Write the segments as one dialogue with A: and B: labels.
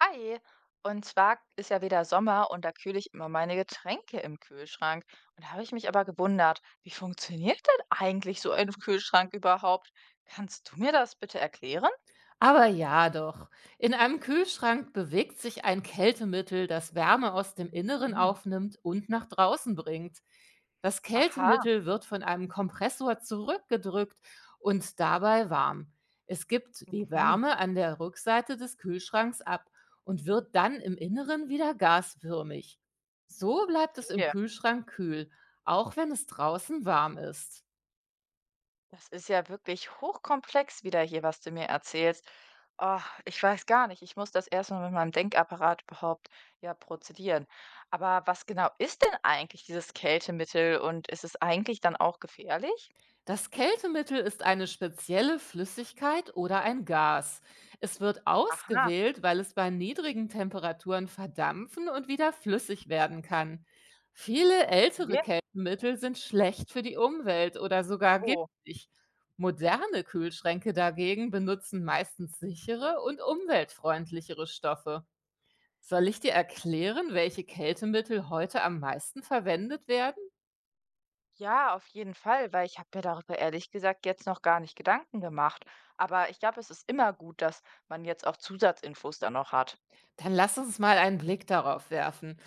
A: Hi. Und zwar ist ja wieder Sommer und da kühle ich immer meine Getränke im Kühlschrank. Und da habe ich mich aber gewundert, wie funktioniert denn eigentlich so ein Kühlschrank überhaupt? Kannst du mir das bitte erklären?
B: Aber ja doch. In einem Kühlschrank bewegt sich ein Kältemittel, das Wärme aus dem Inneren
A: Hm.
B: aufnimmt und nach draußen bringt. Das
A: Aha,
B: Kältemittel wird von einem Kompressor zurückgedrückt und dabei warm. Es gibt die
A: mhm.
B: Wärme an der Rückseite des Kühlschranks ab und wird dann im Inneren wieder gasförmig. So bleibt es im
A: Okay.
B: Kühlschrank kühl, auch wenn es draußen warm ist.
A: Das ist ja wirklich hochkomplex wieder hier, was du mir erzählst. Ich weiß gar nicht. Ich muss das erstmal mit meinem Denkapparat überhaupt ja prozedieren. Aber was genau ist denn eigentlich dieses Kältemittel und ist es eigentlich dann auch gefährlich?
B: Das Kältemittel ist eine spezielle Flüssigkeit oder ein Gas. Es wird
A: Aha.
B: ausgewählt, weil es bei niedrigen Temperaturen verdampfen und wieder flüssig werden kann. Viele ältere
A: Okay,
B: Kältemittel sind schlecht für die Umwelt oder sogar
A: oh.
B: giftig. Moderne Kühlschränke dagegen benutzen meistens sichere und umweltfreundlichere Stoffe. Soll ich dir erklären, welche Kältemittel heute am meisten verwendet werden?
A: Ja, auf jeden Fall, weil ich habe mir darüber ehrlich gesagt jetzt noch gar nicht Gedanken gemacht. Aber ich glaube, es ist immer gut, dass man jetzt auch Zusatzinfos dann noch hat.
B: Dann lass uns mal einen Blick darauf werfen.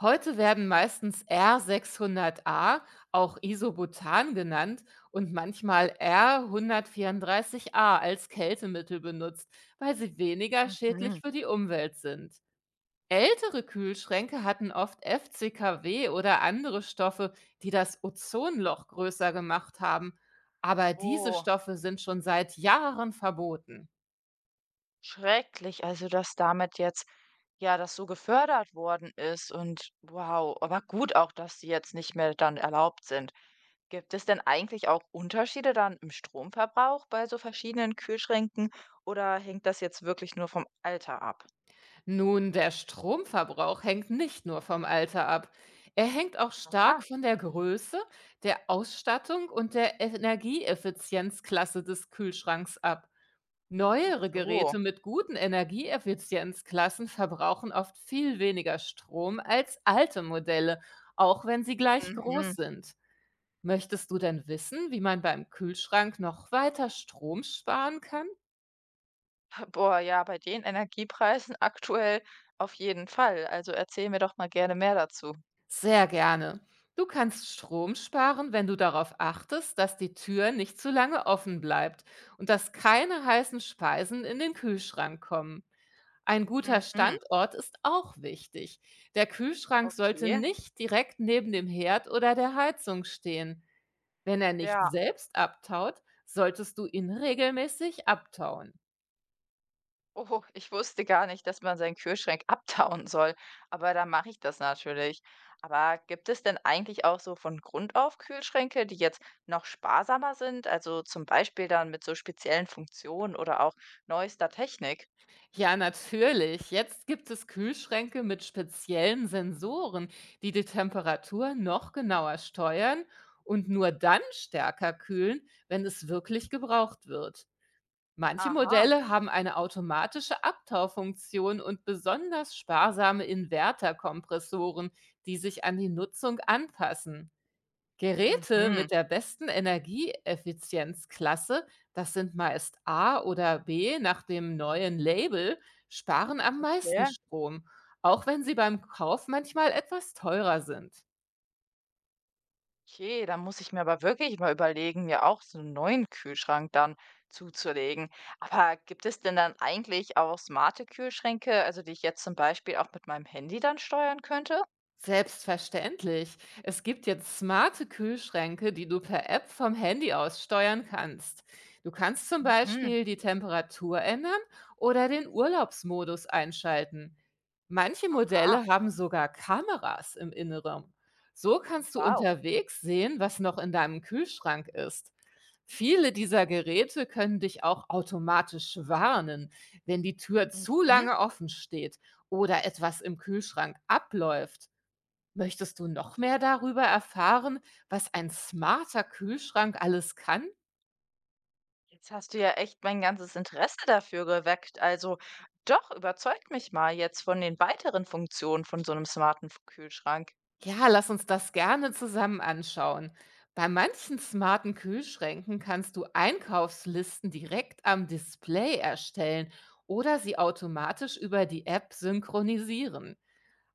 B: Heute werden meistens R600A, auch Isobutan genannt, und manchmal R134A als Kältemittel benutzt, weil sie weniger schädlich
A: Mhm.
B: für die Umwelt sind. Ältere Kühlschränke hatten oft FCKW oder andere Stoffe, die das Ozonloch größer gemacht haben, aber diese
A: Oh,
B: Stoffe sind schon seit Jahren verboten.
A: schrecklich. Also, dass damit jetzt ja das so gefördert worden ist und wow, aber gut auch, dass sie jetzt nicht mehr dann erlaubt sind. Gibt es denn eigentlich auch Unterschiede dann im Stromverbrauch bei so verschiedenen Kühlschränken oder hängt das jetzt wirklich nur vom Alter ab?
B: Nun, der Stromverbrauch hängt nicht nur vom Alter ab. Er hängt auch stark
A: Aha,
B: von der Größe, der Ausstattung und der Energieeffizienzklasse des Kühlschranks ab.
A: ach
B: Neuere
A: so.
B: Geräte mit guten Energieeffizienzklassen verbrauchen oft viel weniger Strom als alte Modelle, auch wenn sie gleich
A: Mhm.
B: groß sind. Möchtest du denn wissen, wie man beim Kühlschrank noch weiter Strom sparen kann?
A: Boah, ja, bei den Energiepreisen aktuell auf jeden Fall. Also erzähl mir doch mal gerne mehr dazu.
B: Sehr gerne. Du kannst Strom sparen, wenn du darauf achtest, dass die Tür nicht zu lange offen bleibt und dass keine heißen Speisen in den Kühlschrank kommen. Ein guter
A: Mhm.
B: Standort ist auch wichtig. Der Kühlschrank sollte
A: Okay.
B: nicht direkt neben dem Herd oder der Heizung stehen. Wenn er nicht
A: Ja.
B: selbst abtaut, solltest du ihn regelmäßig abtauen.
A: Oh, ich wusste gar nicht, dass man seinen Kühlschrank abtauen soll. Aber dann mache ich das natürlich. Aber gibt es denn eigentlich auch so von Grund auf Kühlschränke, die jetzt noch sparsamer sind? Also zum Beispiel dann mit so speziellen Funktionen oder auch neuester Technik?
B: Ja, natürlich. Jetzt gibt es Kühlschränke mit speziellen Sensoren, die die Temperatur noch genauer steuern und nur dann stärker kühlen, wenn es wirklich gebraucht wird. Manche
A: Aha.
B: Modelle haben eine automatische Abtaufunktion und besonders sparsame Inverterkompressoren, die sich an die Nutzung anpassen. Geräte
A: Mhm.
B: mit der besten Energieeffizienzklasse, das sind meist A oder B nach dem neuen Label, sparen am meisten
A: Okay.
B: Strom, auch wenn sie beim Kauf manchmal etwas teurer sind.
A: Okay, da muss ich mir aber wirklich mal überlegen, mir auch so einen neuen Kühlschrank dann zuzulegen. Aber gibt es denn dann eigentlich auch smarte Kühlschränke, also die ich jetzt zum Beispiel auch mit meinem Handy dann steuern könnte?
B: Selbstverständlich. Es gibt jetzt smarte Kühlschränke, die du per App vom Handy aus steuern kannst. Du kannst zum
A: Mhm.
B: Beispiel die Temperatur ändern oder den Urlaubsmodus einschalten. Manche
A: Ah,
B: Modelle haben sogar Kameras im Inneren. So kannst du
A: wow.
B: unterwegs sehen, was noch in deinem Kühlschrank ist. Viele dieser Geräte können dich auch automatisch warnen, wenn die Tür zu
A: Mhm.
B: lange offen steht oder etwas im Kühlschrank abläuft. Möchtest du noch mehr darüber erfahren, was ein smarter Kühlschrank alles kann?
A: Jetzt hast du ja echt mein ganzes Interesse dafür geweckt. Also doch, überzeugt mich mal jetzt von den weiteren Funktionen von so einem smarten F Kühlschrank.
B: Ja, lass uns das gerne zusammen anschauen. Bei manchen smarten Kühlschränken kannst du Einkaufslisten direkt am Display erstellen oder sie automatisch über die App synchronisieren.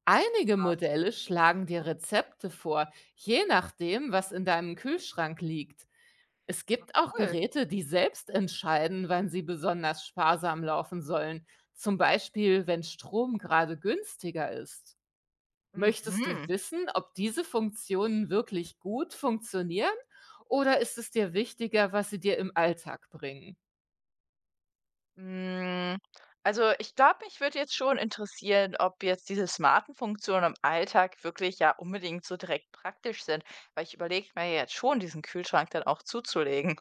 B: Einige Modelle schlagen dir Rezepte vor, je nachdem, was in deinem Kühlschrank liegt. Es
A: Ah,
B: gibt auch
A: cool.
B: Geräte, die selbst entscheiden, wann sie besonders sparsam laufen sollen, zum Beispiel wenn Strom gerade günstiger ist. Möchtest du
A: Mhm.
B: wissen, ob diese Funktionen wirklich gut funktionieren oder ist es dir wichtiger, was sie dir im Alltag bringen?
A: Hm, also, ich glaube, mich würde jetzt schon interessieren, ob jetzt diese smarten Funktionen im Alltag wirklich ja unbedingt so direkt praktisch sind, weil ich überlege mir ja jetzt schon, diesen Kühlschrank dann auch zuzulegen.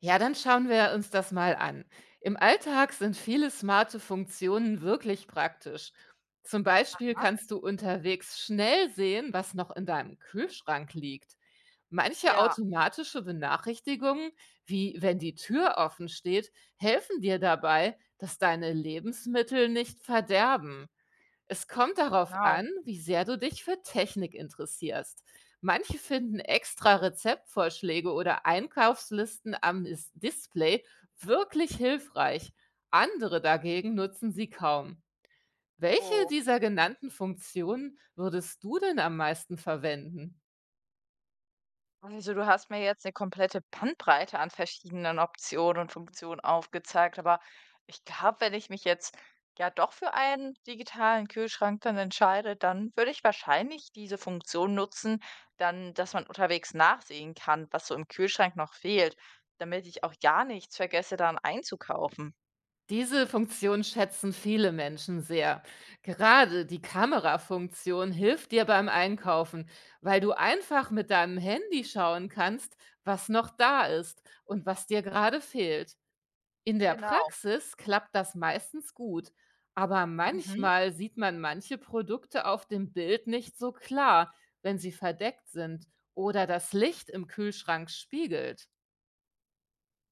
B: Ja, dann schauen wir uns das mal an. Im Alltag sind viele smarte Funktionen wirklich praktisch. Zum Beispiel
A: Aha,
B: kannst du unterwegs schnell sehen, was noch in deinem Kühlschrank liegt. Manche
A: ja,
B: automatische Benachrichtigungen, wie wenn die Tür offen steht, helfen dir dabei, dass deine Lebensmittel nicht verderben. Es kommt darauf an,
A: genau.
B: wie sehr du dich für Technik interessierst. Manche finden extra Rezeptvorschläge oder Einkaufslisten am Display wirklich hilfreich. Andere dagegen nutzen sie kaum. Welche
A: Oh.
B: dieser genannten Funktionen würdest du denn am meisten verwenden?
A: Also du hast mir jetzt eine komplette Bandbreite an verschiedenen Optionen und Funktionen aufgezeigt, aber ich glaube, wenn ich mich jetzt ja doch für einen digitalen Kühlschrank dann entscheide, dann würde ich wahrscheinlich diese Funktion nutzen, dann dass man unterwegs nachsehen kann, was so im Kühlschrank noch fehlt, damit ich auch ja nichts vergesse, dann einzukaufen.
B: Diese Funktion schätzen viele Menschen sehr. Gerade die Kamerafunktion hilft dir beim Einkaufen, weil du einfach mit deinem Handy schauen kannst, was noch da ist und was dir gerade fehlt. In der
A: Genau.
B: Praxis klappt das meistens gut, aber
A: Mhm.
B: manchmal sieht man manche Produkte auf dem Bild nicht so klar, wenn sie verdeckt sind oder das Licht im Kühlschrank spiegelt.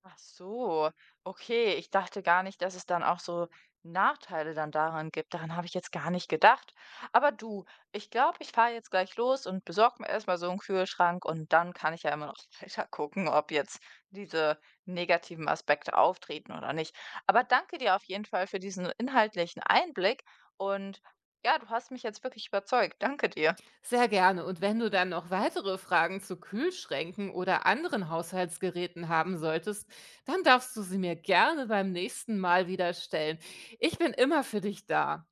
A: Ach so, okay. Ich dachte gar nicht, dass es dann auch so Nachteile dann daran gibt. Daran habe ich jetzt gar nicht gedacht. Aber du, ich glaube, ich fahre jetzt gleich los und besorge mir erstmal so einen Kühlschrank und dann kann ich ja immer noch weiter gucken, ob jetzt diese negativen Aspekte auftreten oder nicht. Aber danke dir auf jeden Fall für diesen inhaltlichen Einblick und ja, du hast mich jetzt wirklich überzeugt. Danke dir.
B: Sehr gerne. Und wenn du dann noch weitere Fragen zu Kühlschränken oder anderen Haushaltsgeräten haben solltest, dann darfst du sie mir gerne beim nächsten Mal wieder stellen. Ich bin immer für dich da.